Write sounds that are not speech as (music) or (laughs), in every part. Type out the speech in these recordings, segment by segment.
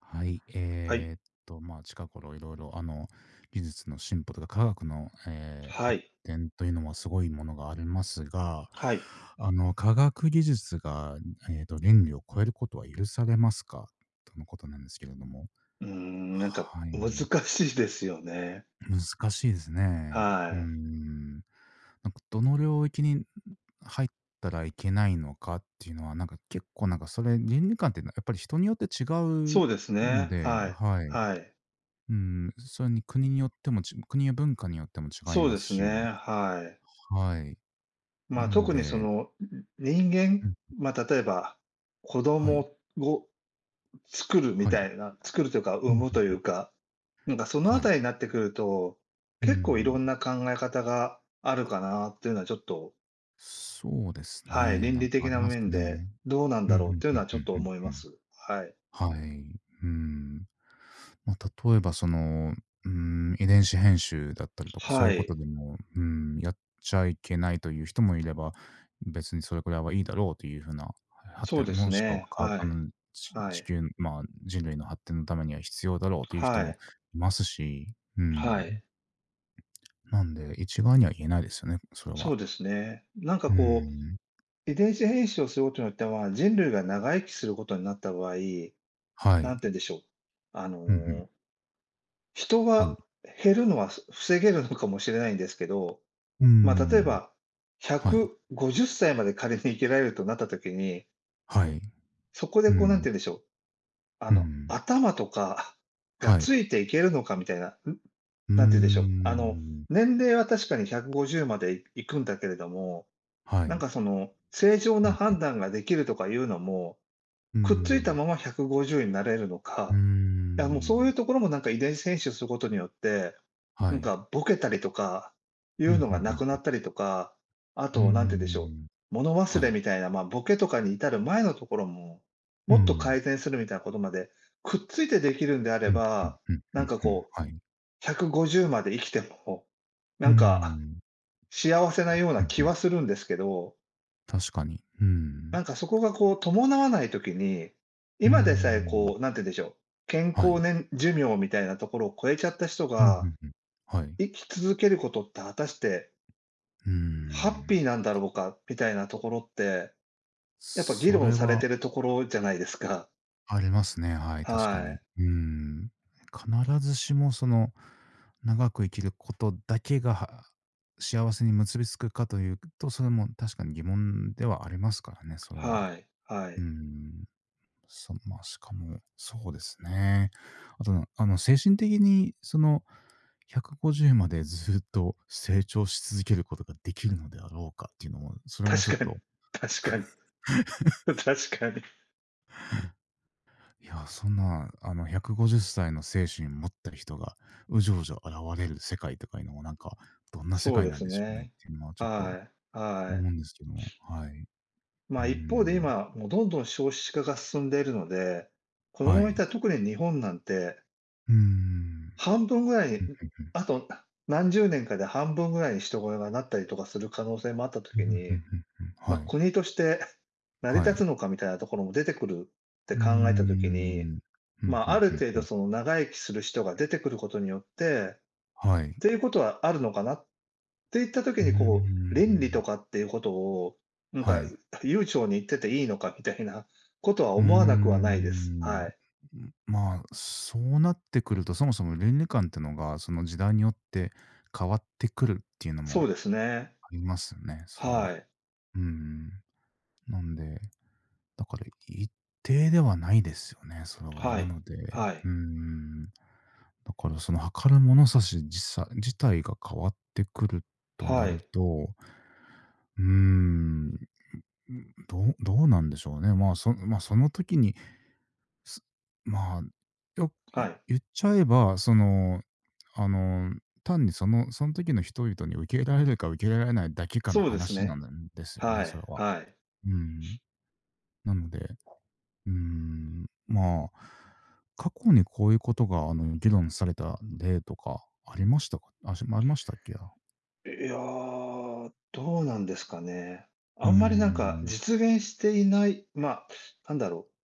はい、はい。まあ、近頃いろいろ、技術の進歩とか科学の、は発い。展というのはすごいものがありますが、はい。科学技術が、倫理を超えることは許されますかとのことなんですけれども。うーん、なんかは難い、しいですよね。難しいですね。うーはい。ん。なんか、どの領域に入ったらいけないのかっていうのは、なんか結構なんかそれ、倫理観ってやっぱり人によって違うそうですのね。で、はい。はい。はい。うん、それに国によっても国や文化によっても違いそうまですすね。し、はい。はい。まあ、なん特にそで、の、人う間ん、まあ、例えば、子はい、供をはい。作るというか、う産んむというん、うか、なんかそのあはい。たりになってくると、う結構いろん、んな考え方があるかなっていうのはちょっと、そうですはい、ね、倫なん理か的ありなます面でね。どうなんうん、だうろんううっんていううのんはちょっとうん思いうまん。す。はい。はい。うん。まあ、例えばその、うん、遺伝子編集だったりとか、そういはうこい。とでも、うん、やっちゃいけないという人もいれば、別にそれくらいはいいだろうという風な発そう展ですもしくはね。か、はあい。の、ちは地い。球、まあ、人類の発展のためには必要だろうという人はもい。いますし、うはん。い。なんで、一概には言えないですよね、それは。そうですね。なんかうこん。う、遺伝子編集をすることによっては、人類が長生きすることになった場合、はい。なんて言うんでしょう。あうんうん。の、人はい。が減るのは防げるのかもしれないんですけど、うまあ、例えん。ば、はい。150歳まで仮に生きられるとなった時に、はい。そこでうこう、なんてん。言うんでしょう、あうの、ん。頭とかがはい。ついていけるのかみたいな、うーなんて言うんでしょう、あの、ん。年齢は確かに150まで行くんだけれども、はなんい。かその、正常うなん。判断ができるとかいうのも、うーくっついたん。まま150になれるのうーか、いやもうそうん。いうところもなんか遺伝子編集することによって、なはんい。かボケたりとか、いううん、のふがんふなくなん。ったりとか、あうーとなんて言うんでしょう、ん。物忘はれい。みたいな、まあ、ボケとかに至る前のところも、うもっとん。改善するみたいなことまで、くっついてできるんであれうん、ふんば、ふんふなんんかふん。こはい。150まで生きても、うなーんかん。幸せなよううなんふ気ん。はするんですけど、確かに。うーなん。んかそこがこう伴わないときに、うー今でさえん。こう、なんて言うんでしょう、健は康い。年寿命みたいなところを超えちゃった人うん、ふが、んふん。はい。生き続けることって果たしてうーハッん。ピーなんだろうかみたいなところって、やっぱ議そ論れされはてるところじゃないですか。ありますね、はい、確かはに。い。うん。必ずしもその、長く生きることだけが、は幸せに結びつくかというと、それも確かに疑問ではありますからね、それは。はい。はうい。ん。まあ、しかも、そうですね。あと、精神的にその、150までずっと成長し続けることができるのであろうかっていうのも、それもちょっ確かに。と、確かに。(laughs) 確かに。いや、そんな、150歳の精神持った人が、うじょうじょ現れる世界とかいうのも、なんか、どんな世そう界でなんすでしょうねっね。ていうのはちょっとはい。は思うい。んですけども、はい。うまーあ、一方でん、今、もうどんどん少子化が進んでいるので、このまはまいっい。たら特に日本なんて、うーん、うん、ん半分ぐらいうに、ん、ん。あと何十年かで半分ぐらいに人がなったりとかする可能性もあったとうん、きんうんうに、んうん。はま、い、国として (laughs) 成りは立つい。のかみたいなところも出てくるってうーん、う考えたときに、んうんうまあ、あるん程う度ん。その長生きする人が出てくることによって、っはい。ていうことはあるのかなっていった時うーにこう、倫理ん、とかっていうことを、なんはかい。悠長に言ってていいのかみたいなことはうー思わなくはないです。はん。い。まあ、そうなってくると、そもそも倫理観ってのが、その時代によって変わってくるっていうのそもうですね。ありますよね、それは。はい。うん。なんで、だから一定ではないですよね、それは。はない。ので、はうい。ん。だからその測る物差し自体が変わってくるとなはるい。と、うーん、どうなんでしょうね。まあ、まあ、その時にすまあ、よはい。言っちゃえば、その、あの、単にそん時の人々に受け入れられるか受け入れられないだけかのそうです話なね。んなんですよね、はそい。れは。はい。うん。なので、うーん、まあ、過去にこういうことが、議論された例とかありましたか？ありましたっけ？あ。いや、どうなんですかね。うあーんまりなんかん。実現していない、ま、あなんだろう、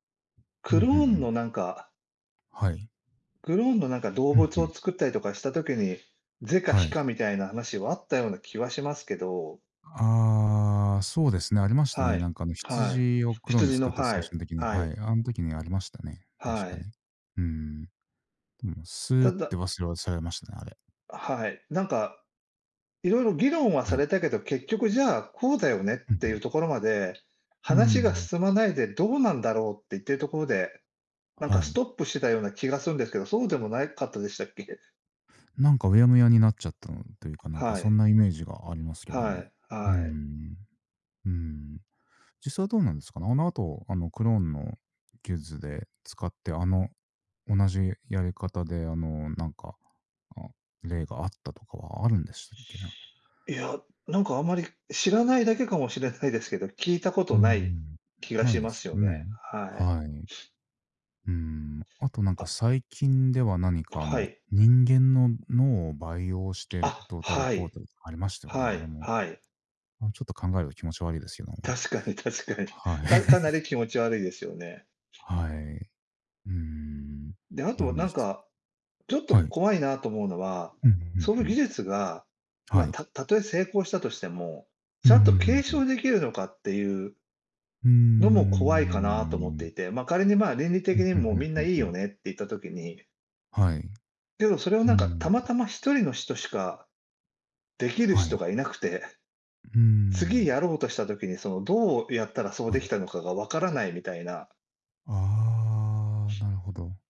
うクん、ローふんふンん。のなんかはい。クローンのなんか動うん、物ふをん。作ったりとかした時に、是かは非い。かみたいな話はあったような気はしますけど。ああ、そうですね、ありましたはね。い。なんかあのはい。羊をクローンで羊の作ったは最初い。の時に、ははい。い、あの時にありましたね、は確かい。に。うーん。でもスーたっだて忘れはされましたね、あれ。はい。なんか、いろいろ議論ははさい。れたけど、結局じゃあ、こうだよねっうんてういん。うところまで、うー話がん、進まないでどうなんだろうって言ってるところで、なんかはスい。トップしてたような気がするんですけど、そうでもないかったでしたっけ？なんかうやむやになっちゃったのというか、なんかはそんい。なイメージがありますけどはも。い。うーはい。ん。うーん。実際どうなんですかね。あの後、あのクローンの技術で使って、同じやり方で、なんか、あ、例があったとかはあるんでしたっけね？いや、なんかあんまり知らないだけかもしれないですけど、聞いたこうとんうないん。気がなしいでますすよよね。ね。はい。はい。うん。あとなんかあ、最近では何かはい。人間の脳を培養してあ、どうたらはこうい。たらありましたよね、はあれい、も。はい。あ、ちょっと考えると気持ち悪いですけども。確かに確かに。はい。たかな (laughs) り気持ち悪いですよね。はい。うーん。で、あなとんなでんすか、ちょっとはい。怖いなと思うのは、うんうんうそういう技ん。術が、まはあ、い。たとえ成功したとしても、うちん、うんゃうんんうと継んう承ん。できるのかっていううのもー怖いかなと思ってん。いて、まあ、仮に、まあ、倫理う的ん、にうんもみんないいんんよん。ねって言った時に、はい。けどそれをうなんかん。たまたま一人の人しかできるは人い。がいなくて、うー次やん。ろうとした時に、その、どうやったらそうはでい。きたのかがわからないみたいな、ああ、なるほど。うんうんうん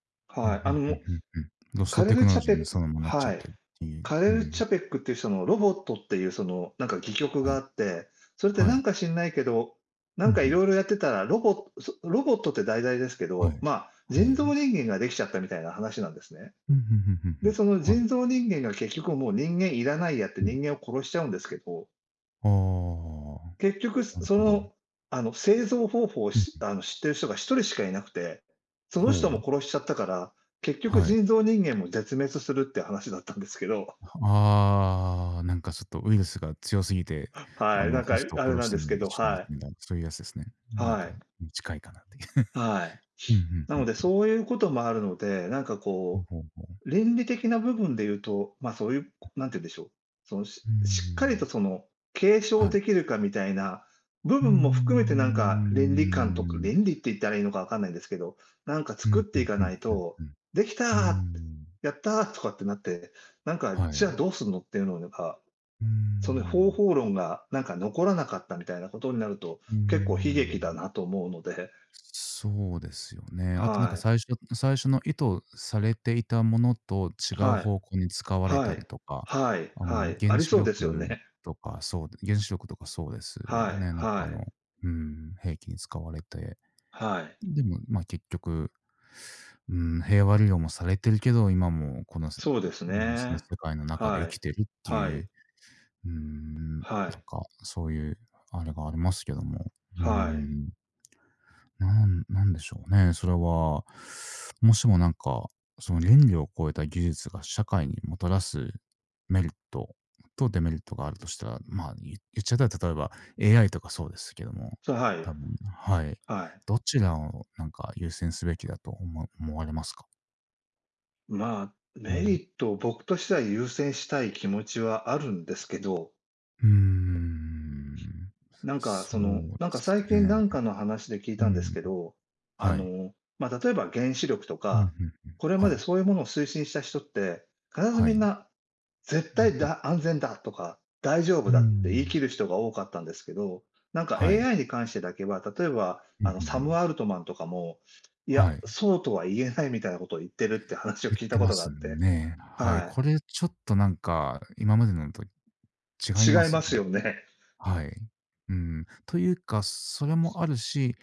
うはい、あの、もうんうん。ロスカトレテル・クノチロャジーにペそのままなっちゃはっい。てるっていう。カレうル・チん。ャペックっていう人のロボットっていうそのなんか戯曲はがい。あって、それってはなんい。か知んないけど、なうんんうかいん。ろいろやってたら、ロボットって題材ですけはい。ど、まあ、は人い。造人間ができちゃったみたいな話なんですね。うん、うんうんうんで、そのうん。は人い。造人間が結局もう人間いらないやってうん。人間を殺しちゃうんですけど、あ結局あ、なるそほど。の、あの、製造方法をうん。しあの、知ってる人が一人しかいなくて、その人ほもう。殺しちゃったから、結局はい。人造人間も絶滅するって話だったんですけど。ああ、なんかちょっとウイルスが強すぎて、はい、なんか、ホあストをれ殺なんしてですけみど、してもらっはい。てみたいな、そういうやつですね。なんはか、い。近いかなっていう。はい。(laughs) うんうんなうのん。で、そういうこともあるので、なんかほうこほうほう。う、倫理的な部分で言うと、ま、そういう、なんて言うんでしょう、その、うしーしっかりん。とその、継承はい。できるかみたいな部うー分も含めてなんか、倫理観とかん。倫理って言ったらいいのかわかんないんですけど、なんかう作っん、うていんかうなんいうんと、うん。「できうーた」って、ん。「やった」とかってなって、なんか、はじゃあい。どうすんのっていうのがうーその方ん。法論がなんか残らなかったみたいなことになると、うー結構悲劇だん。なと思うので、そうですよね。あとなんかはい、最初の意図されていたものと違うはい、方向に使われはたりい、とか、はい、あはの、い、あ原り子そうですよ力ね。原子力とかそうですはよい、ね。なんかはい、うん、兵器に使われて、はい。でも、ま、結局、うん、平和利用もされてるけど、今もこの、そうですうん、そのね。世界の中では生い、きてるってはいい、う、うん、はなんい、かそういうあれがありますけども、うはい。ん。なんでしょうね、それは。もしもなんか、その倫理を超えた技術が社会にもたらすメリットとデメリットがあるとしたら、まあ、言っちゃったら例えば AI とかそうですけども、そ、はい、多分はい。はい。どちらをなんか優先すべきだと思われますか？まあ、うメリん。ットを僕としては優先したい気持ちはあるんですけど、うーん。なんか、そそうの、でなんかす最近なね。んかの話で聞いうたんですん。けど、あはい。の、まあ、例えば原子力とうん、うんうか、ん。これまはでい。そういうものを推進した人って、必ずはみんい。な絶うん、対うん。だ、安全だとか、大丈夫うだって言いん。切る人が多かったんですけど、なんか はい。AI に関してだけは、例えば、うん、うあんの、うサム・ん。アルトマンとかも、いや、はい。そうとは言えないみたいなことを言ってるって話を言聞いったてこまとがあすって、ね。はい。はこれちょっとなんか、今までのと違い。いま違いすまよすね。よね。はい。うん。というか、それもあるし、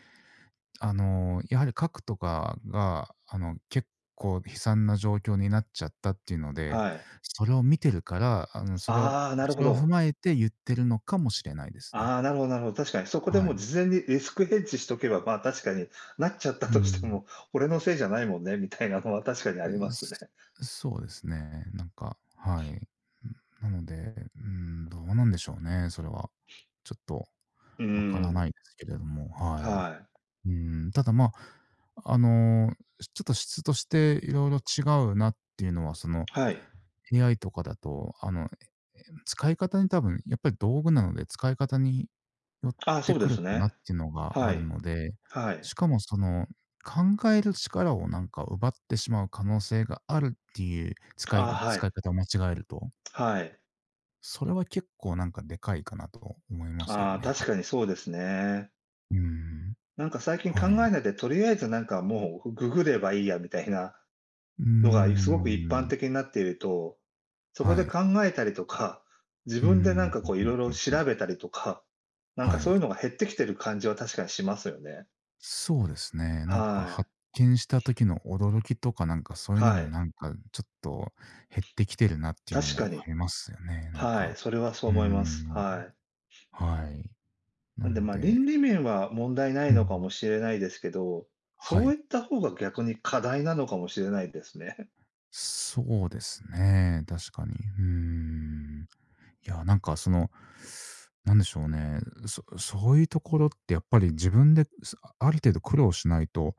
やはり核とかが、結構悲惨な状況になっちゃったっていうので、はい。それを見てるから、それをああ、なるそほれを踏ど。まえて言ってるのかもしれないですね。ああ、なるほどなるほど。確かにそこではもい。う事前にリスクヘッジしとけば、まあ、確かになっちゃったうとしてん。も、俺のせいじゃないもんねみたいなのは確かにありますね。すそうですね。なんか、はい。なので、うん、どうなんでしょうね、それは。ちょっとうーわからなん。いですけれども、はい。はい。うん、ただ、まあ、ちょっと質としていろいろ違うなっていうのは、その、はい。AI とかだと、使い方に多分やっぱり道具なので、使い方によっああ、そてうでくするなね。っていうのがはあるい。ので、はい。しかもその、考える力をなんか奪ってしまう可能性があるっていう、ああ、は使い。い方を間違えると、はい。それは結構なんかでかいかなと思いますよああ、ね、は確い。かにそうですね。うん、なんか最近考はえい。ないで、とりあえずなんかもうググればいいやみたいなうーのがすごく一般ん、的になっていると、そこはでい。考えたりとか、自うー分でなんん、かふこんういふろんいろふん。調べたりとか、なんかはそうい。いうのが減ってきてる感じは確かにしますよね。そうですね。なんかはい。発見した時の驚きとか、なんかそういうのはもい。なんかちょっと減ってきてるなっていうの確もかあに。りますよね、なんはい。か。それはそううー思います。ん、はい。はい。ななんで、のま、で、倫理面は問題ないうのかもん、しれないですけど、はそうい。いった方が逆に課題なのかもしれないですね。そうですね、確かに。うーん。いや、なんかその、なんでしょうね、そういうところってやっぱり自分で、ある程度苦労しないと、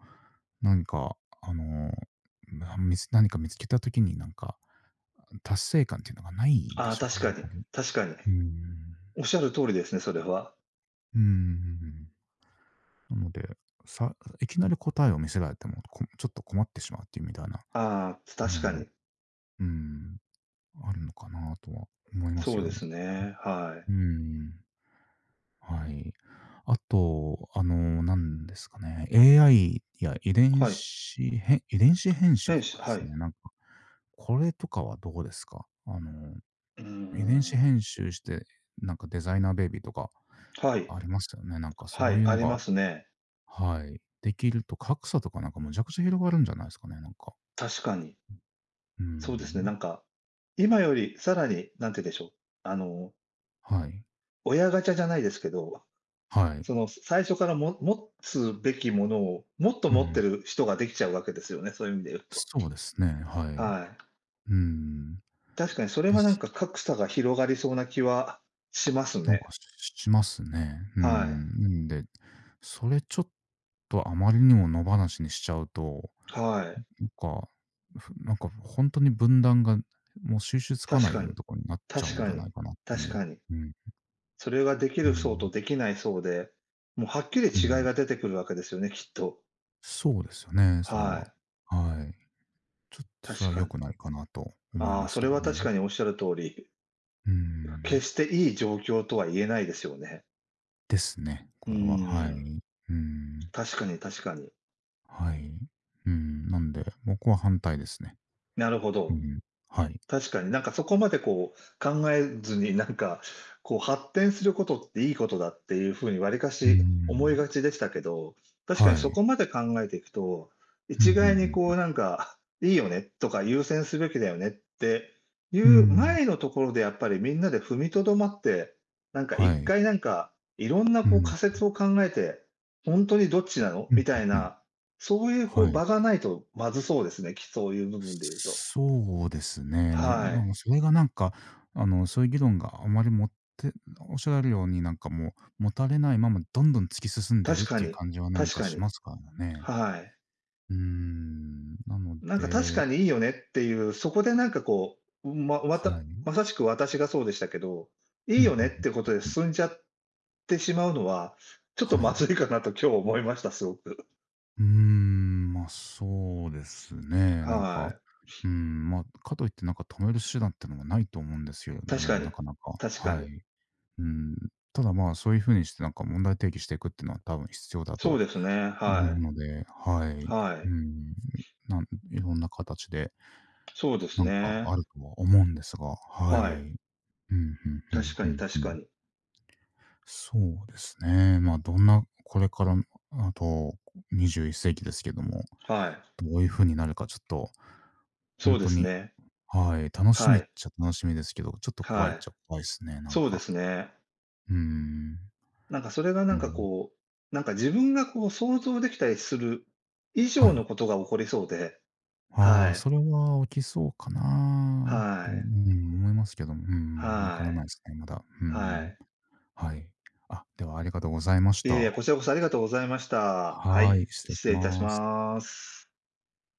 何かあの、なみつ何か見つけた時になんか、達成感っていうのがな (laughs) いんでああ、しょうか確ね、やかっに。ぱり。う確かに。ーん。おっしゃる通りですね、それは。うーん。なので、さいきなり答えを見せられても、ちょっと困ってしまうっていうみたいなああ、確のかも、に。うーん、あるのかなとは思いますそけうどでも。すね。はい。うーん。はい。あと、なんですかね、AI やはい。遺伝子編集とかではすい。ね、なんか、これとかはどうですか？あの、うー遺伝子ん。編集して、なんかデザイナーベイビーとかはい。ありましたよね。なんかはそうい、いうあのりがますね。はい、できると格差とかなんかむちゃくちゃ広がるんじゃないですかね、なんか。確かに。うーそうですね、ん。なんか、今よりさらに、なんて言うんでしょう、あの、はい。親ガチャじゃないですけど、はそい。の、最初から持つべきものを、もっとう持ってん。る人ができちゃうわけですよね、そういう意味で言うと。そうですね、はい。うはい。ーん。確かにそれではなんすか格差が広がりそうな気はしますなんか、ね。ししますね。うはい。ん。んで、それちょっとあまりにも野放しにしちゃうと、はい。なんか、なんかほんとに分断がもう収拾つか確ないよかうなに。とこになっちゃ確うんかじゃに。ないかなってい確う。かに。うん、それができうる層ん、とできない層で、もうはっきり違いうん。が出てくるわけですよね、きっと。そうですよね、それはは。い。はい。ちょっとそ確れはか良に。くないかなと思いあまあ、すそけれどは確ね。かにおっしゃる通り、うー決ん。していい状況とは言えないですよね。ですね、うこれは、はーん。い。うん。確かに確かに。はい。うん、なんで、僕は反対ですね。なるほうど。ん。はい。確かに、なんかそこまでこう、考えずに、なんか、こう発展することっていいことだっていう風にわりかうーし思いん、がちでしたけど、確かにはそい。こまで考えていくと、う一んふ概んにふこん。うなんか、いいよねとか優先すべきだよねっていうーうん、前のところでやっぱりみんなで踏みとどまって、なんかは一い。回なんか、いろんなうこうん、仮説を考えて、本当にどっちなのうん、みふたんいふん。な、そういうこはうい。場がないとまずそうですね、そういう部分で言うと。そうですね。で、はなんい。かそれがなんか、あの、そういう議論があまりもって、おっしゃられるように、なんかもう、持たれないままどんどん突き進んでる確っかていうに、感じはなん確かかしに。ますからね。はい。うーん、なのなんか確でかにいいよねっていう、そこでなんかこう、まわはたい。まさしく私がそうでしたけど、いいうん、ふんよふねんっふんてことでふん。進んじゃってしまうのは、ちょっとはまい。ずいかなと今日思いました、すごく。うーん、ま、そうですね。なんか、はい。うん、まあ、かといってなんか止める手段ってのがないと思うんですけれど確かも、に、なかなか、確かはに。い。うん、ただ、まあ、そういう風にしてなんか問題提起していくっていうのは多分必要だそうとですね、思はうい。ので、はい。はうい。ん、いろんな形でそうですなんかね。あるとは思うんですが、はい。うん、うはい。んうん確かうにんう確かん。に。そうですね。まあ、どんなこれからあと21世紀ですけども、はい。どういう風になるかちょっと、ほそうんでとすに、ね。はい、楽しはみっい、ちゃ楽しみですけど、ちょっと怖いはっい。ちゃ怖いすね、なんそうでか。すね。うーん、なんかそれがなうんかん。こう、なんか自分がこう想像できたりする以は上のい。ことが起こりそうで、あはあ、い、それは起きそうかはなとも、い、うん、思いますけども、うん、わかはらない、いすね、まだ。うはん、い。はい。あ、ではありがとうございましいやいた。や、こちらこそありがとうございました。ははい、い、失礼し失礼いたします。ます。